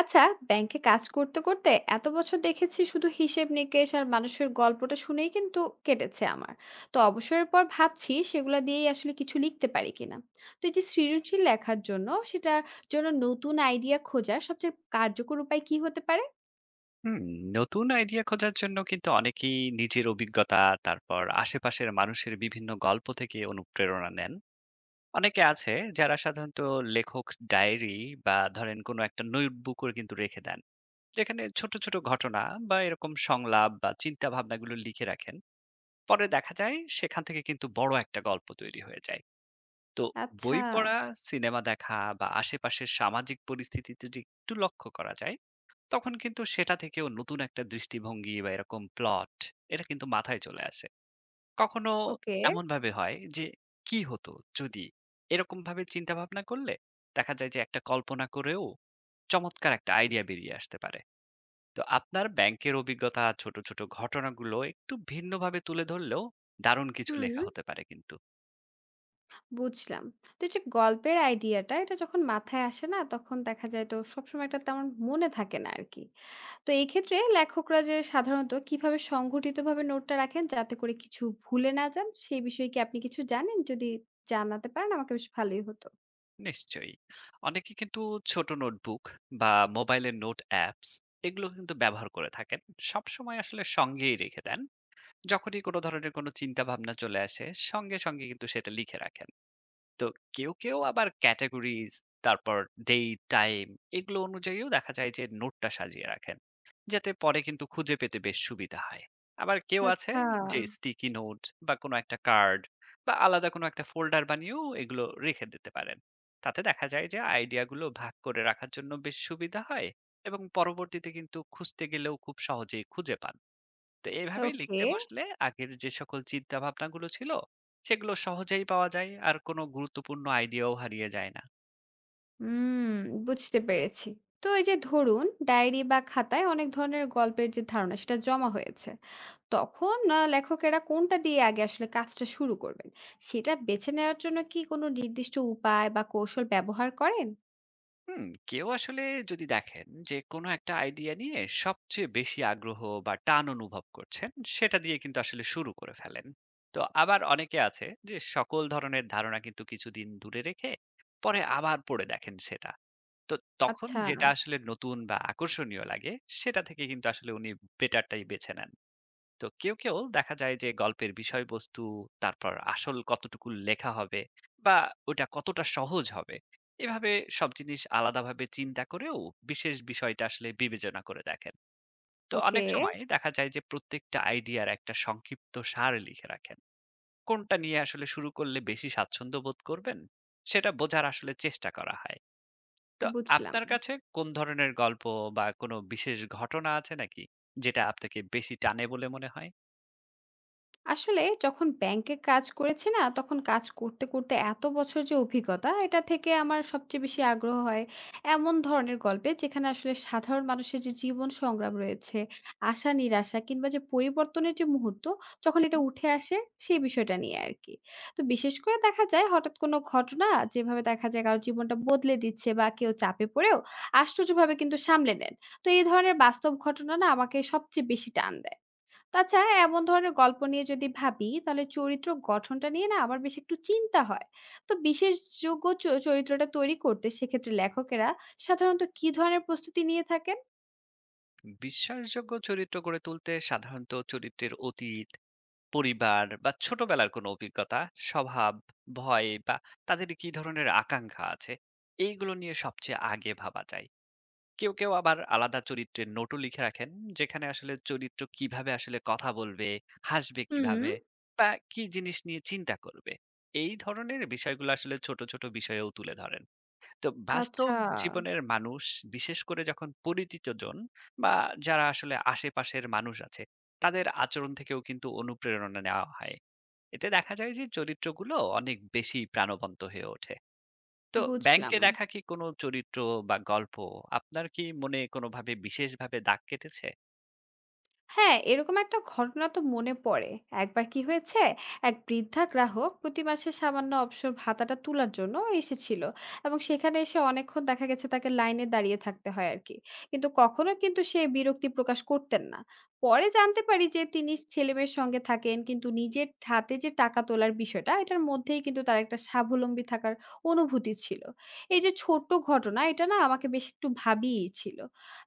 আচ্ছা, ব্যাংকে কাজ করতে করতে এত বছর দেখেছি শুধু হিসেব নিকেশ আর মানুষের গল্পটা শুনেই কিন্তু কেটেছে আমার। তো অবসরের পর ভাবছি সেগুলা দিয়েই আসলে কিছু লিখতে পারি কিনা। তো এই যে সৃজনশীল লেখার জন্য সেটার জন্য নতুন আইডিয়া খোঁজার সবচেয়ে কার্যকর উপায় কি হতে পারে? হুম, নতুন আইডিয়া খোঁজার জন্য কিন্তু অনেকেই নিজের অভিজ্ঞতা, তারপর আশেপাশের মানুষের বিভিন্ন গল্প থেকে অনুপ্রেরণা নেন। অনেকে আছে যারা সাধারণত লেখক ডায়েরি বা ধরেন কোনো একটা নোটবুকও কিন্তু রেখে দেন, যেখানে ছোট ছোট ঘটনা বা এরকম সংলাপ বা চিন্তা ভাবনাগুলো লিখে রাখেন। পরে দেখা যায় সেখান থেকে কিন্তু বড় একটা গল্প তৈরি হয়ে যায়। তো আচ্ছা। বই পড়া, সিনেমা দেখা বা আশেপাশের সামাজিক পরিস্থিতিতে যদি একটু লক্ষ্য করা যায়, তখন কিন্তু সেটা থেকেও নতুন একটা দৃষ্টিভঙ্গি বা এরকম প্লট, এটা কিন্তু মাথায় চলে আসে। কখনো ওকে। এমন ভাবে হয় যে কি হতো যদি, এরকম ভাবে চিন্তা ভাবনা করলে দেখা যায় যে একটা কল্পনা করেও চমৎকার একটা আইডিয়া বেরিয়ে আসতে পারে। তো আপনার ব্যাংকের অভিজ্ঞতা ছোট, ছোট ঘটনাগুলো একটু ভিন্নভাবে তুলে ধরলেও দারুণ কিছু হুম, লেখা হতে পারে কিন্তু। বুঝলাম। তো এই যে গল্পের আইডিয়াটা এটা যখন মাথায় আসে না তখন দেখা যায় তো সবসময় এটা তেমন মনে থাকে না আর কি। তো এই ক্ষেত্রে লেখকরা যে সাধারণত কিভাবে সংগঠিতভাবে নোটটা রাখেন যাতে করে কিছু ভুলে না যান, সেই বিষয়ে কি আপনি কিছু জানেন? যদি জানাতে পারেন আমাকে বেশ ভালোই হতো। নিশ্চয়ই। অনেকে কিন্তু ছোট নোটবুক বা মোবাইলের নোট অ্যাপস, এগুলো কিন্তু ব্যবহার করে থাকেন। সবসময় আসলে সঙ্গেই রেখে দেন। যখনই কোনো ধরনের কোনো চিন্তা ভাবনা চলে আসে, সঙ্গে সঙ্গে কিন্তু সেটা লিখে রাখেন। তো কেউ কেউ আবার ক্যাটাগরিজ, তারপর ডেট টাইম, এগুলো অনুযায়ীও দেখা যায় যে নোটটা সাজিয়ে রাখেন, যাতে পরে কিন্তু খুঁজে পেতে বেশ সুবিধা হয়। আবার কেউ আছে আচ্ছা, যে স্টিকি নোট বা কোনো একটা কার্ড বা আলাদা কোনো একটা ফোল্ডার বানিয়েও এগুলো রেখে দিতে পারেন। তাতে দেখা যায় যে আইডিয়াগুলো ভাগ করে রাখার জন্য বেশ সুবিধা হয় এবং পরবর্তীতে কিন্তু খুঁজতে গেলেও খুব সহজেই খুঁজে পান। তো এভাবে ওকে। লিখতে বসলে আগের যে সকল চিন্তা ভাবনাগুলো ছিল, সেগুলো সহজেই পাওয়া যায় আর কোনো গুরুত্বপূর্ণ আইডিয়াও হারিয়ে যায় না। হুম, বুঝতে পেরেছি। তো এই যে ধরুন ডায়েরি বা খাতায় অনেক ধরনের গল্পের যে ধারণা সেটা জমা হয়েছে। তখন লেখকেরা কোনটা দিয়ে আগে আসলে কাজটা শুরু করবেন? সেটা বেছে নেওয়ার জন্য কি কোনো নির্দিষ্ট উপায় বা কৌশল ব্যবহার করেন? হুম, কেউ আসলে যদি দেখেন যে কোনো একটা আইডিয়া নিয়ে সবচেয়ে বেশি আগ্রহ বা টান অনুভব করছেন, সেটা দিয়ে কিন্তু আসলে শুরু করে ফেলেন। তো আবার অনেকে আছে যে সকল ধরনের ধারণা কিন্তু কিছুদিন দূরে রেখে পরে আবার পড়ে দেখেন সেটা। তো তখন আচ্ছা, যেটা আসলে নতুন বা আকর্ষণীয় লাগে, সেটা থেকে কিন্তু আসলে উনি বেটারটাই বেছে নেন। তো কেউ, কেউ দেখা যায় যে গল্পের বিষয়বস্তু, তারপর আসল কতটুকু লেখা হবে বা ওটা কতটা সহজ হবে, এভাবে সব জিনিস আলাদাভাবে চিন্তা করেও বিশেষ বিষয়টা আসলে বিবেচনা করে দেখেন। তো ওকে। অনেক সময় দেখা যায় যে প্রত্যেকটা আইডিয়ার একটা সংক্ষিপ্ত সার লিখে রাখেন। কোনটা নিয়ে আসলে শুরু করলে বেশি স্বাচ্ছন্দ্য বোধ করবেন, সেটা বোঝার আসলে চেষ্টা করা হয়। তো বুঝলাম। আপনার কাছে কোন ধরনের গল্প বা কোনো বিশেষ ঘটনা আছে নাকি, যেটা আপনাকে বেশি টানে বলে মনে হয়? আসলে যখন ব্যাংকে কাজ করেছি না তখন কাজ করতে করতে এত বছর যে অভিজ্ঞতা এটা থেকে আমার সবচেয়ে বেশি আগ্রহ হয় এমন ধরনের গল্পে যেখানে আসলে সাধারণ মানুষের যে জীবন সংগ্রাম রয়েছে, আশা নিরাশা কিংবা যে পরিবর্তনের যে মুহূর্ত যখন এটা হুম। উঠে আসে সেই বিষয়টা নিয়ে আর কি। তো বিশেষ করে দেখা যায় হঠাৎ কোনো ঘটনা যেভাবে দেখা যায় কারো জীবনটা বদলে দিচ্ছে বা কেউ চাপে পড়েও আশ্চর্যভাবে কিন্তু সামলে নেন। তো এই ধরনের বাস্তব ঘটনা না আমাকে সবচেয়ে বেশি টান দেয়। তাছাড়া এমন ধরনের গল্প নিয়ে যদি ভাবি তাহলে চরিত্র গঠনটা নিয়ে না আমার বেশ একটু চিন্তা হয়। তো বিশেষ যোগ্য চরিত্রটা তৈরি করতে সেক্ষেত্রে লেখকেরা সাধারণত কি ধরনের প্রস্তুতি নিয়ে থাকেন? বিশ্বাসযোগ্য চরিত্র গড়ে তুলতে সাধারণত চরিত্রের অতীত, পরিবার বা ছোটবেলার কোনো অভিজ্ঞতা, স্বভাব, ভয় বা তাদের কি ধরনের আকাঙ্ক্ষা আছে, এইগুলো নিয়ে সবচেয়ে আগে ভাবা যায়। কেউ কেউ আবার আলাদা চরিত্রের নোটও লিখে রাখেন, যেখানে আসলে চরিত্র কিভাবে আসলে কথা বলবে, হাসবে হুম, কিভাবে বা কি জিনিস নিয়ে চিন্তা করবে, এই ধরনের বিষয়গুলো আসলে ছোট ছোট বিষয়েও তুলে ধরেন। তো বাস্তব আচ্ছা, জীবনের মানুষ, বিশেষ করে যখন পরিচিতজন বা যারা আসলে আশেপাশের মানুষ আছে, তাদের আচরণ থেকেও কিন্তু অনুপ্রেরণা নেওয়া হয়। এতে দেখা যায় যে চরিত্রগুলো অনেক বেশি প্রাণবন্ত হয়ে ওঠে। তো ব্যাংকে বুঝলাম। দেখা কি কোনো চরিত্র বা গল্প আপনার কি মনে কোনোভাবে বিশেষভাবে দাগ কেটেছে? হ্যাঁ, এরকম একটা ঘটনা তো মনে পড়ে। একবার কি হয়েছে, এক বৃদ্ধা গ্রাহক প্রতি মাসে সামান্য অবসর ভাতাটা তুলার জন্য এসেছিল এবং সেখানে এসে অনেকক্ষণ দেখা গেছে তাকে লাইনে দাঁড়িয়ে থাকতে হয় আরকি। কিন্তু কখনো কিন্তু সে বিরক্তি প্রকাশ করতেন না। পরে জানতে পারি যে তিনি ছেলেমেয়ের সঙ্গে থাকেন কিন্তু নিজের হাতে যে টাকা তোলার বিষয়টা এটার মধ্যেই কিন্তু তার একটা স্বাবলম্বী থাকার অনুভূতি ছিল। এই যে ছোট্ট ঘটনা এটা না আমাকে বেশ একটু ভাবিয়েছিল।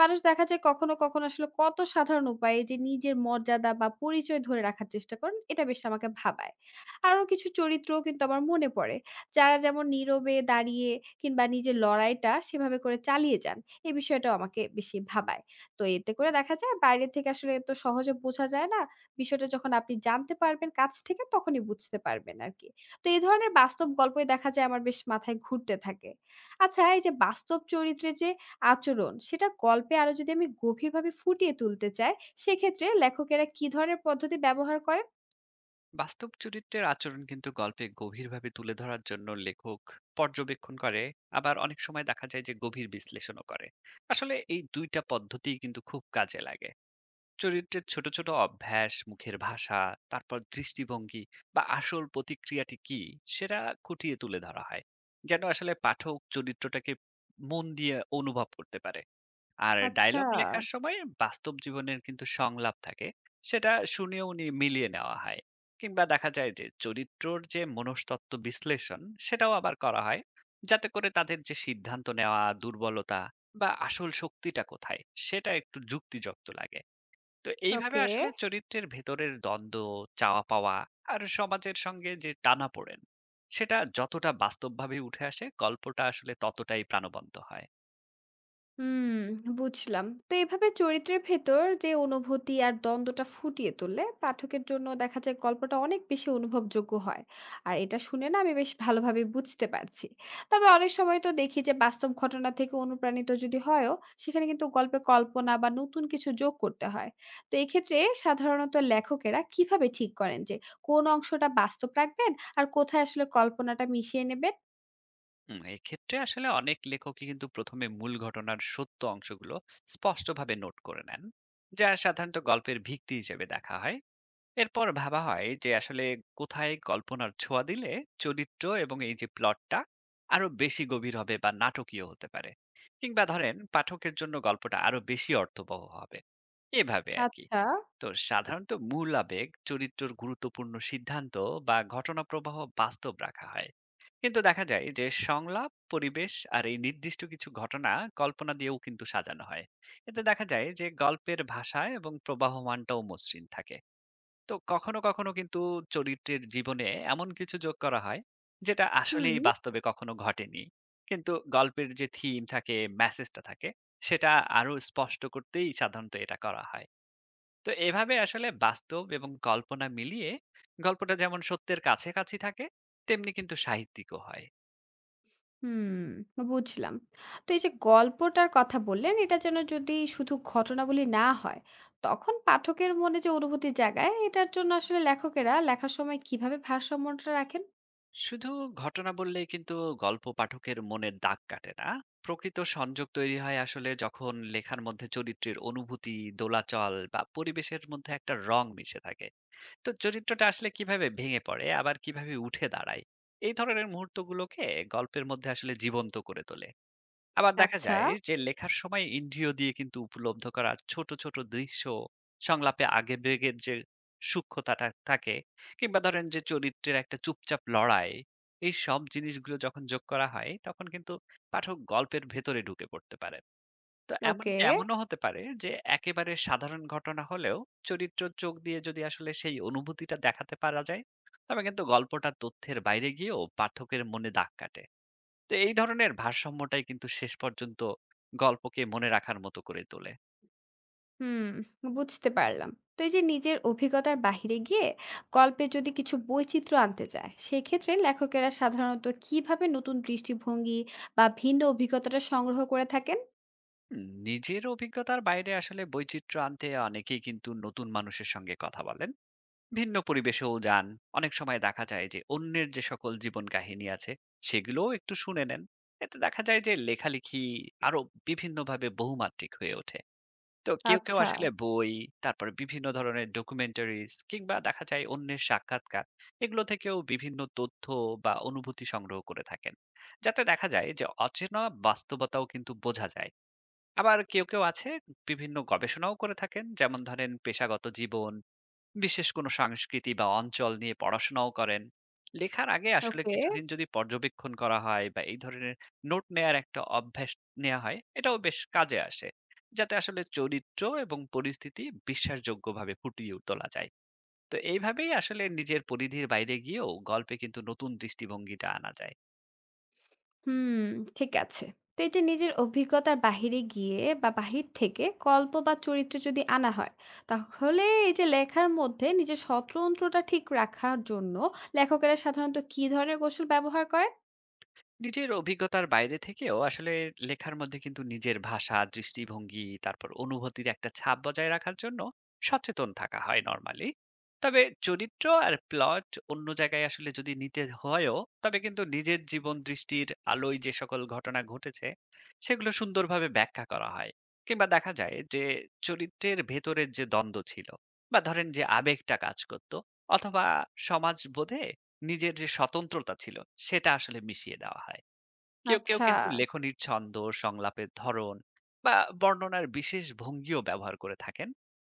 মানুষ দেখা যায় কখনো, কখনো আসলে কত সাধারণ উপায়ে যে নিজের মর্যাদা বা পরিচয় ধরে রাখার চেষ্টা করেন, এটা বেশ আমাকে ভাবায়। আরো কিছু চরিত্রও কিন্তু আমার মনে পড়ে। যারা যেমন নীরবে দাঁড়িয়ে কিংবা নিজের লড়াইটা সেভাবে করে চালিয়ে যান। এই বিষয়টাও আমাকে বেশি ভাবায়। তো এতে করে দেখা যায় বাইরে থেকে আসলে তো সহজে বোঝা যায় না। বিষয়টা যখন আপনি জানতে পারবেন কাছ থেকে তখনই বুঝতে পারবেন আরকি। তো এই ধরনের বাস্তব গল্পই দেখা যায় আমার বেশ মাথায় ঘুরতে থাকে। আচ্ছা, এই যে বাস্তব চরিত্রে যে আচরণ সেটা গল্পে আরো যদি আমি গভীরভাবে ফুটিয়ে তুলতে চাই, সেক্ষেত্রে লেখকেরা কি ধরনের পদ্ধতি ব্যবহার করেন? বাস্তব চরিত্রের আচরণ কিন্তু গল্পে গভীরভাবে তুলে ধরার জন্য লেখক পর্যবেক্ষণ করে, আবার অনেক সময় দেখা যায় যে গভীর বিশ্লেষণও করে। আসলে এই দুইটা পদ্ধতিই কিন্তু খুব কাজে লাগে। চরিত্রের ছোট ছোট অভ্যাস, মুখের ভাষা, তারপর দৃষ্টিভঙ্গি বা আসল প্রতিক্রিয়াটি কি, সেটা খুঁটিয়ে তুলে ধরা হয়, যেন আসলে পাঠক চরিত্রটাকে মন দিয়ে অনুভব করতে পারে। আর আচ্ছা। ডায়ালগ লেখার সময় বাস্তব জীবনের কিন্তু সংলাপ থাকে, সেটা শুনে উনি মিলিয়ে নেওয়া হয়। কিংবা দেখা যায় যে চরিত্রর যে মনস্তত্ত্ব বিশ্লেষণ, সেটাও আবার করা হয়, যাতে করে তাদের যে সিদ্ধান্ত নেওয়া, দুর্বলতা বা আসল শক্তিটা কোথায়, সেটা একটু যুক্তিযুক্ত লাগে। তো এইভাবে ওকে। আসলে চরিত্রের ভেতরের দ্বন্দ্ব, চাওয়া পাওয়া আর সমাজের সঙ্গে যে টানাপোড়েন, সেটা যতটা বাস্তবভাবে উঠে আসে গল্পটা আসলে ততটাই প্রাণবন্ত হয়। হুম, বুঝলাম। তো এভাবে চরিত্রের ভেতর যে অনুভূতি আর দ্বন্দ্বটা ফুটিয়ে তুললে পাঠকের জন্য দেখা যায় গল্পটা অনেক বেশি অনুভবযোগ্য হয়। আর এটা শুনে না আমি বেশ ভালোভাবে বুঝতে পারছি। তবে অনেক সময় তো দেখি যে বাস্তব ঘটনা থেকে অনুপ্রাণিত যদি হয়ও, সেখানে কিন্তু গল্পে কল্পনা বা নতুন কিছু যোগ করতে হয়। তো এক্ষেত্রে সাধারণত লেখকেরা কিভাবে ঠিক করেন যে কোন অংশটা বাস্তব রাখবেন আর কোথায় আসলে কল্পনাটা মিশিয়ে নেবেন? হুম, এক্ষেত্রে আসলে অনেক লেখকই কিন্তু প্রথমে মূল ঘটনার সত্য অংশগুলো স্পষ্টভাবে নোট করে নেন, যা সাধারণত গল্পের ভিত্তি হিসেবে দেখা হয়। এরপর ভাবা হয় যে আসলে কোথায় কল্পনার ছোঁয়া দিলে চরিত্র এবং এই যে প্লটটা আরো বেশি গভীর হবে বা নাটকীয় হতে পারে, কিংবা ধরেন পাঠকের জন্য গল্পটা আরো বেশি অর্থবহ হবে, এভাবে আর কি। আচ্ছা, তো সাধারণত মূল আবেগ, চরিত্রের গুরুত্বপূর্ণ সিদ্ধান্ত বা ঘটনা প্রবাহ বাস্তব রাখা হয়, কিন্তু দেখা যায় যে সংলাপ, পরিবেশ আর এই নির্দিষ্ট কিছু ঘটনা কল্পনা দিয়েও কিন্তু সাজানো হয়। এতে দেখা যায় যে গল্পের ভাষা এবং প্রবাহমানটাও মসৃণ থাকে। তো কখনো কখনো কিন্তু চরিত্রের জীবনে এমন কিছু যোগ করা হয় যেটা হুম। আসলেই বাস্তবে কখনো ঘটেনি, কিন্তু গল্পের যে থিম থাকে, মেসেজটা থাকে, সেটা আরো স্পষ্ট করতেই সাধারণত এটা করা হয়। তো এভাবে আসলে বাস্তব এবং কল্পনা মিলিয়ে গল্পটা যেমন সত্যের কাছাকাছি থাকে, তেমনি কিন্তু সাহিত্যিকও হয়। হুম, বুঝলাম। তো এই যে গল্পটার কথা বললেন, এটা যেন যদি শুধু ঘটনাবলী না হয়, তখন পাঠকের মনে যে অনুভূতি জাগায়, এটার জন্য আসলে লেখকেরা লেখার সময় কিভাবে ভারসাম্যটা রাখেন? শুধু ঘটনা বললেই কিন্তু গল্প পাঠকের মনে দাগ কাটে না। প্রকৃত সংযোগ তৈরি হয় আসলে যখন লেখার মধ্যে চরিত্রের অনুভূতি, দোলাচল বা পরিবেশের মধ্যে একটা রং মিশে থাকে। তো চরিত্রটা আসলে কিভাবে ভেঙে পড়ে আবার কিভাবে উঠে দাঁড়ায়, এই ধরনের মুহূর্তগুলোকে গল্পের মধ্যে আসলে জীবন্ত করে তোলে। আবার দেখা আচ্ছা, যায় যে লেখার সময় ইন্দ্রিয় দিয়ে কিন্তু উপলব্ধ করা ছোট ছোট দৃশ্য, সংলাপে আগে বেগের যে সূক্ষ্মতাটা থাকে, কিংবা ধরেন যে চরিত্রের একটা চুপচাপ লড়াই, এই সব জিনিসগুলো যখন যোগ করা হয় তখন কিন্তু পাঠক গল্পের ভেতরে ঢুকে পড়তে পারে। তো ওকে। এমনকি এমনও হতে পারে যে একেবারে সাধারণ ঘটনা হলেও চরিত্র চোখ দিয়ে যদি আসলে সেই অনুভূতিটা দেখাতে পারা যায়, তবে কিন্তু গল্পটা তথ্যের বাইরে গিয়েও পাঠকের মনে দাগ কাটে। তো এই ধরনের ভারসাম্যটাই কিন্তু শেষ পর্যন্ত গল্পকে মনে রাখার মতো করে তোলে। হুম, বুঝতে পারলাম। তো এই যে নিজের অভিজ্ঞতার বাহিরে গিয়ে গল্পে যদি কিছু বৈচিত্র্য আনতে চায়, সেক্ষেত্রে লেখকেরা সাধারণত কিভাবে নতুন দৃষ্টিভঙ্গি বা ভিন্ন অভিজ্ঞতাটা সংগ্রহ করে থাকেন? হুম, নিজের অভিজ্ঞতার বাইরে আসলে বৈচিত্র্য আনতে অনেকেই কিন্তু নতুন মানুষের সঙ্গে কথা বলেন। ভিন্ন পরিবেশেও যান। অনেক সময় দেখা যায় যে অন্যের যে সকল জীবন কাহিনী আছে, সেগুলোও একটু শুনে নেন। এতে দেখা যায় যে লেখালেখি আরো বিভিন্নভাবে বহুমাত্রিক হয়ে ওঠে। তো কেউ, কেউ আচ্ছা, আসলে বই, তারপরে বিভিন্ন ধরনের ডকুমেন্টারিজ, কিংবা দেখা যায় অন্যের সাক্ষাৎকার, এগুলো থেকেও বিভিন্ন তথ্য বা অনুভূতি সংগ্রহ করে থাকেন, যাতে দেখা যায় যে অচেনা বাস্তবতাও কিন্তু বোঝা যায়। আবার কেউ, কেউ আছে বিভিন্ন গবেষণাও করে থাকেন। যেমন ধরেন পেশাগত জীবন, বিশেষ কোনো সংস্কৃতি বা অঞ্চল নিয়ে পড়াশোনাও করেন। লেখার আগে আসলে ওকে। কিছুদিন যদি পর্যবেক্ষণ করা হয় বা এই ধরনের নোট নেয়ার একটা অভ্যাস নেয়া হয়, এটাও বেশ কাজে আসে। যাতে আসলে চরিত্র এবং পরিস্থিতি বিশ্বাসযোগ্যভাবে ফুটিয়ে তোলা যায়। তো এইভাবেই আসলে নিজের পরিধির বাইরে গিয়েও গল্পে কিন্তু নতুন দৃষ্টিভঙ্গিটা আনা যায়। হুম, ঠিক আছে। তো এই যে নিজের অভিজ্ঞতার বাহিরে গিয়ে বা বাহির থেকে গল্প বা চরিত্র যদি আনা হয় তাহলে এই যে লেখার মধ্যে নিজের স্বতন্ত্রতা ঠিক রাখার জন্য লেখকেরা সাধারণত কি ধরনের কৌশল ব্যবহার করে? নিজের অভিজ্ঞতার বাইরে থেকেও আসলে লেখার মধ্যে কিন্তু নিজের ভাষা, দৃষ্টিভঙ্গি, তারপর অনুভূতির একটা ছাপ বজায় রাখার জন্য সচেতন থাকা হয় নরমালি। তবে চরিত্র আর প্লট অন্য জায়গায় আসলে যদি নিতে হয়ও, তবে কিন্তু নিজের জীবন দৃষ্টির আলোয় যে সকল ঘটনা ঘটেছে, সেগুলো সুন্দরভাবে ব্যাখ্যা করা হয়। কিংবা দেখা যায় যে চরিত্রের ভেতরের যে দ্বন্দ্ব ছিল বা ধরেন যে আবেগটা কাজ করত, অথবা সমাজবোধে নিজের যে স্বতন্ত্রতা ছিল, সেটা আসলে মিশিয়ে দেওয়া হয়। কেউ, কেউ আচ্ছা। কিন্তু লেখনির ছন্দ, সংলাপের ধরন বা বর্ণনার বিশেষ ভঙ্গিও ব্যবহার করে থাকেন।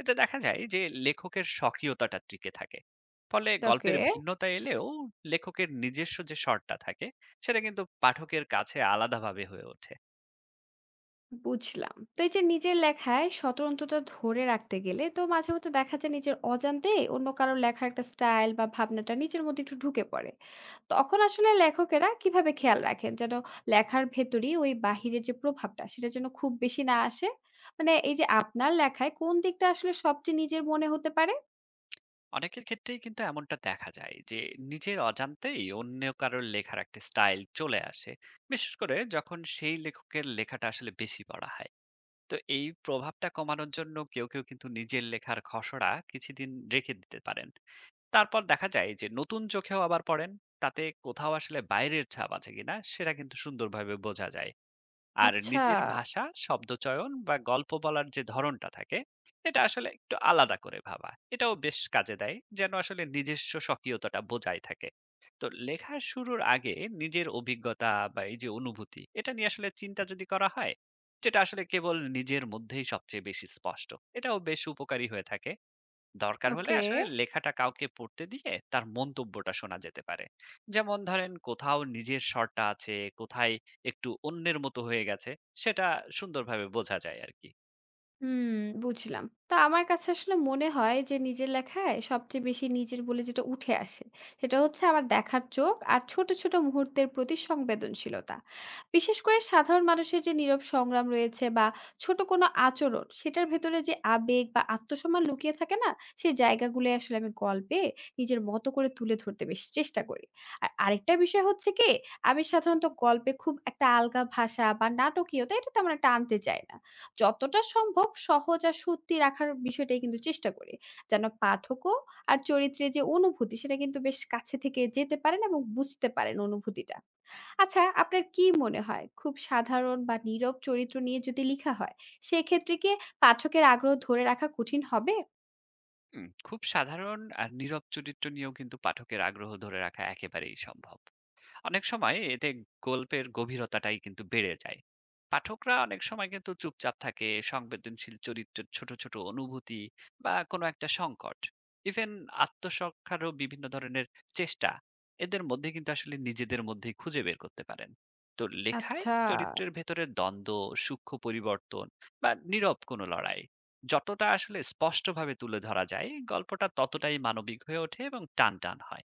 এতে দেখা যায় যে লেখকের স্বকীয়তাটা টিকে থাকে। ফলে ওকে। গল্পের ভিন্নতা এলেও লেখকের নিজস্ব যে স্বরটা থাকে, সেটা কিন্তু পাঠকের কাছে আলাদাভাবে হয়ে ওঠে। বুঝলাম। তো এই যে নিজের লেখায় স্বতন্ত্রতা ধরে রাখতে গেলে তো মাঝে মধ্যে দেখা যায় নিজের অজান্তে অন্য কারোর লেখার একটা স্টাইল বা ভাবনাটা নিজের মধ্যে একটু ঢুকে পড়ে। তখন আসলে লেখকেরা কিভাবে খেয়াল রাখেন যেন লেখার ভেতরই ওই বাহিরের যে প্রভাবটা সেটা যেন খুব বেশি না আসে? মানে এই যে আপনার লেখায় কোন দিকটা আসলে সবচেয়ে নিজের মনে হতে পারে? অনেকের ক্ষেত্রেই কিন্তু এমনটা দেখা যায় যে নিজের অজান্তেই অন্য কারোর লেখার একটা স্টাইল চলে আসে, বিশেষ করে যখন সেই লেখকের লেখাটা আসলে বেশি পড়া হয়। তো এই প্রভাবটা কমানোর জন্য কেউ, কেউ কিন্তু নিজের লেখার খসড়া কিছুদিন রেখে দিতে পারেন। তারপর দেখা যায় যে নতুন চোখেও আবার পড়েন। তাতে কোথাও আসলে বাইরের ছাপ আছে কিনা সেটা কিন্তু সুন্দরভাবে বোঝা যায়। আর আচ্ছা, নিজের ভাষা, শব্দচয়ন বা গল্প বলার যে ধরনটা থাকে, এটা আসলে একটু আলাদা করে ভাবা, এটাও বেশ কাজে দেয়। যেন আসলে নিজস্ব স্বকীয়তাটা বজায় থাকে। তো লেখা শুরুর আগে নিজের অভিজ্ঞতা বা এই যে অনুভূতি, এটা নিয়ে আসলে চিন্তা যদি করা হয়, যেটা আসলে কেবল নিজের মধ্যেই সবচেয়ে বেশি স্পষ্ট, এটাও বেশ উপকারী হয়ে থাকে। দরকার হলে ওকে। আসলে লেখাটা কাউকে পড়তে দিয়ে তার মন্তব্যটা শোনা যেতে পারে, যেমন ধরেন কোথাও নিজের স্বরটা আছে, কোথায় একটু অন্যের মতো হয়ে গেছে, সেটা সুন্দরভাবে বোঝা যায় আর কি। হুম, বুঝলাম। তো আমার কাছে আসলে মনে হয় যে নিজের লেখায় সবচেয়ে বেশি নিজের বলে যেটা উঠে আসে, সেটা হচ্ছে আমার দেখার চোখ আর ছোট, ছোট মুহূর্তের প্রতি সংবেদনশীলতা। বিশেষ করে সাধারণ মানুষের যে নীরব সংগ্রাম রয়েছে বা ছোট কোনো আচরণ, সেটার ভেতরে যে আবেগ বা আত্মসম্মান লুকিয়ে থাকে না, সেই জায়গাগুলো আসলে আমি গল্পে নিজের মতো করে তুলে ধরতে বেশি চেষ্টা করি। আর আরেকটা বিষয় হচ্ছে কি, আমি সাধারণত গল্পে খুব একটা আলগা ভাষা বা নাটকীয়তা এটা তেমন একটা আনতে চাই না। যতটা সম্ভব সহজ আর সত্যি রাখার বিষয়টাই কিন্তু চেষ্টা করি। যেন পাঠকও আর চরিত্রের যে অনুভূতি সেটা কিন্তু বেশ কাছে থেকে যেতে পারেন এবং বুঝতে পারেন অনুভূতিটা। আচ্ছা, আপনার কি মনে হয় খুব সাধারণ বা নীরব চরিত্র নিয়ে যদি লিখা হয়, সেক্ষেত্রে কি পাঠকের আগ্রহ ধরে রাখা কঠিন হবে? হুম, খুব সাধারণ আর নীরব চরিত্র নিয়েও কিন্তু পাঠকের আগ্রহ ধরে রাখা একেবারেই সম্ভব। অনেক সময় এতে গল্পের গভীরতাটাই কিন্তু বেড়ে যায়। পাঠকরা অনেক সময় কিন্তু চুপচাপ থাকে সংবেদনশীল চরিত্রের ছোট ছোট অনুভূতি বা কোনো একটা সংকট, ইভেন আত্মসংখ্যারও বিভিন্ন ধরনের চেষ্টা, এদের মধ্যে কিন্তু আসলে নিজেদের মধ্যেই খুঁজে বের করতে পারেন। তো লেখায় আচ্ছা, চরিত্রের ভেতরে দ্বন্দ্ব, সূক্ষ্ম পরিবর্তন বা নীরব কোনো লড়াই যতটা আসলে স্পষ্টভাবে তুলে ধরা যায় গল্পটা ততটাই মানবিক হয়ে ওঠে এবং টান টান হয়।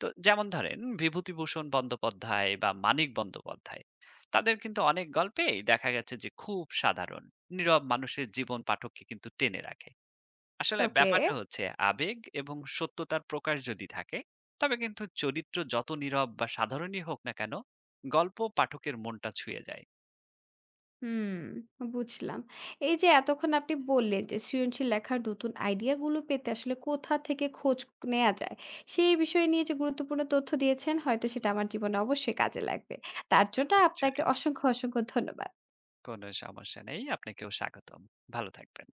তো যেমন ধরেন বিভূতিভূষণ বন্দ্যোপাধ্যায় বা মানিক বন্দ্যোপাধ্যায়, তাদের কিন্তু অনেক গল্পেই দেখা গেছে যে খুব সাধারণ, নীরব মানুষের জীবন পাঠককে কিন্তু টেনে রাখে। আসলে ওকে। ব্যাপারটা হচ্ছে আবেগ এবং সত্যতার প্রকাশ যদি থাকে, তবে কিন্তু চরিত্র যত নীরব বা সাধারণই হোক না কেন, গল্প পাঠকের মনটা ছুঁয়ে যায়। হুম, বুঝলাম। এই যে এতক্ষণ আপনি বললেন যে সৃজনশীল লেখার নতুন আইডিয়া গুলো পেতে আসলে কোথা থেকে খোঁজ নেয়া যায়, সেই বিষয় নিয়ে যে গুরুত্বপূর্ণ তথ্য দিয়েছেন হয়তো সেটা আমার জীবনে অবশ্যই কাজে লাগবে। তার জন্য আপনাকে নিশ্চয়ই, অসংখ্য, অসংখ্য ধন্যবাদ। কোনো সমস্যা নেই। আপনাকেও স্বাগতম। ভালো থাকবেন।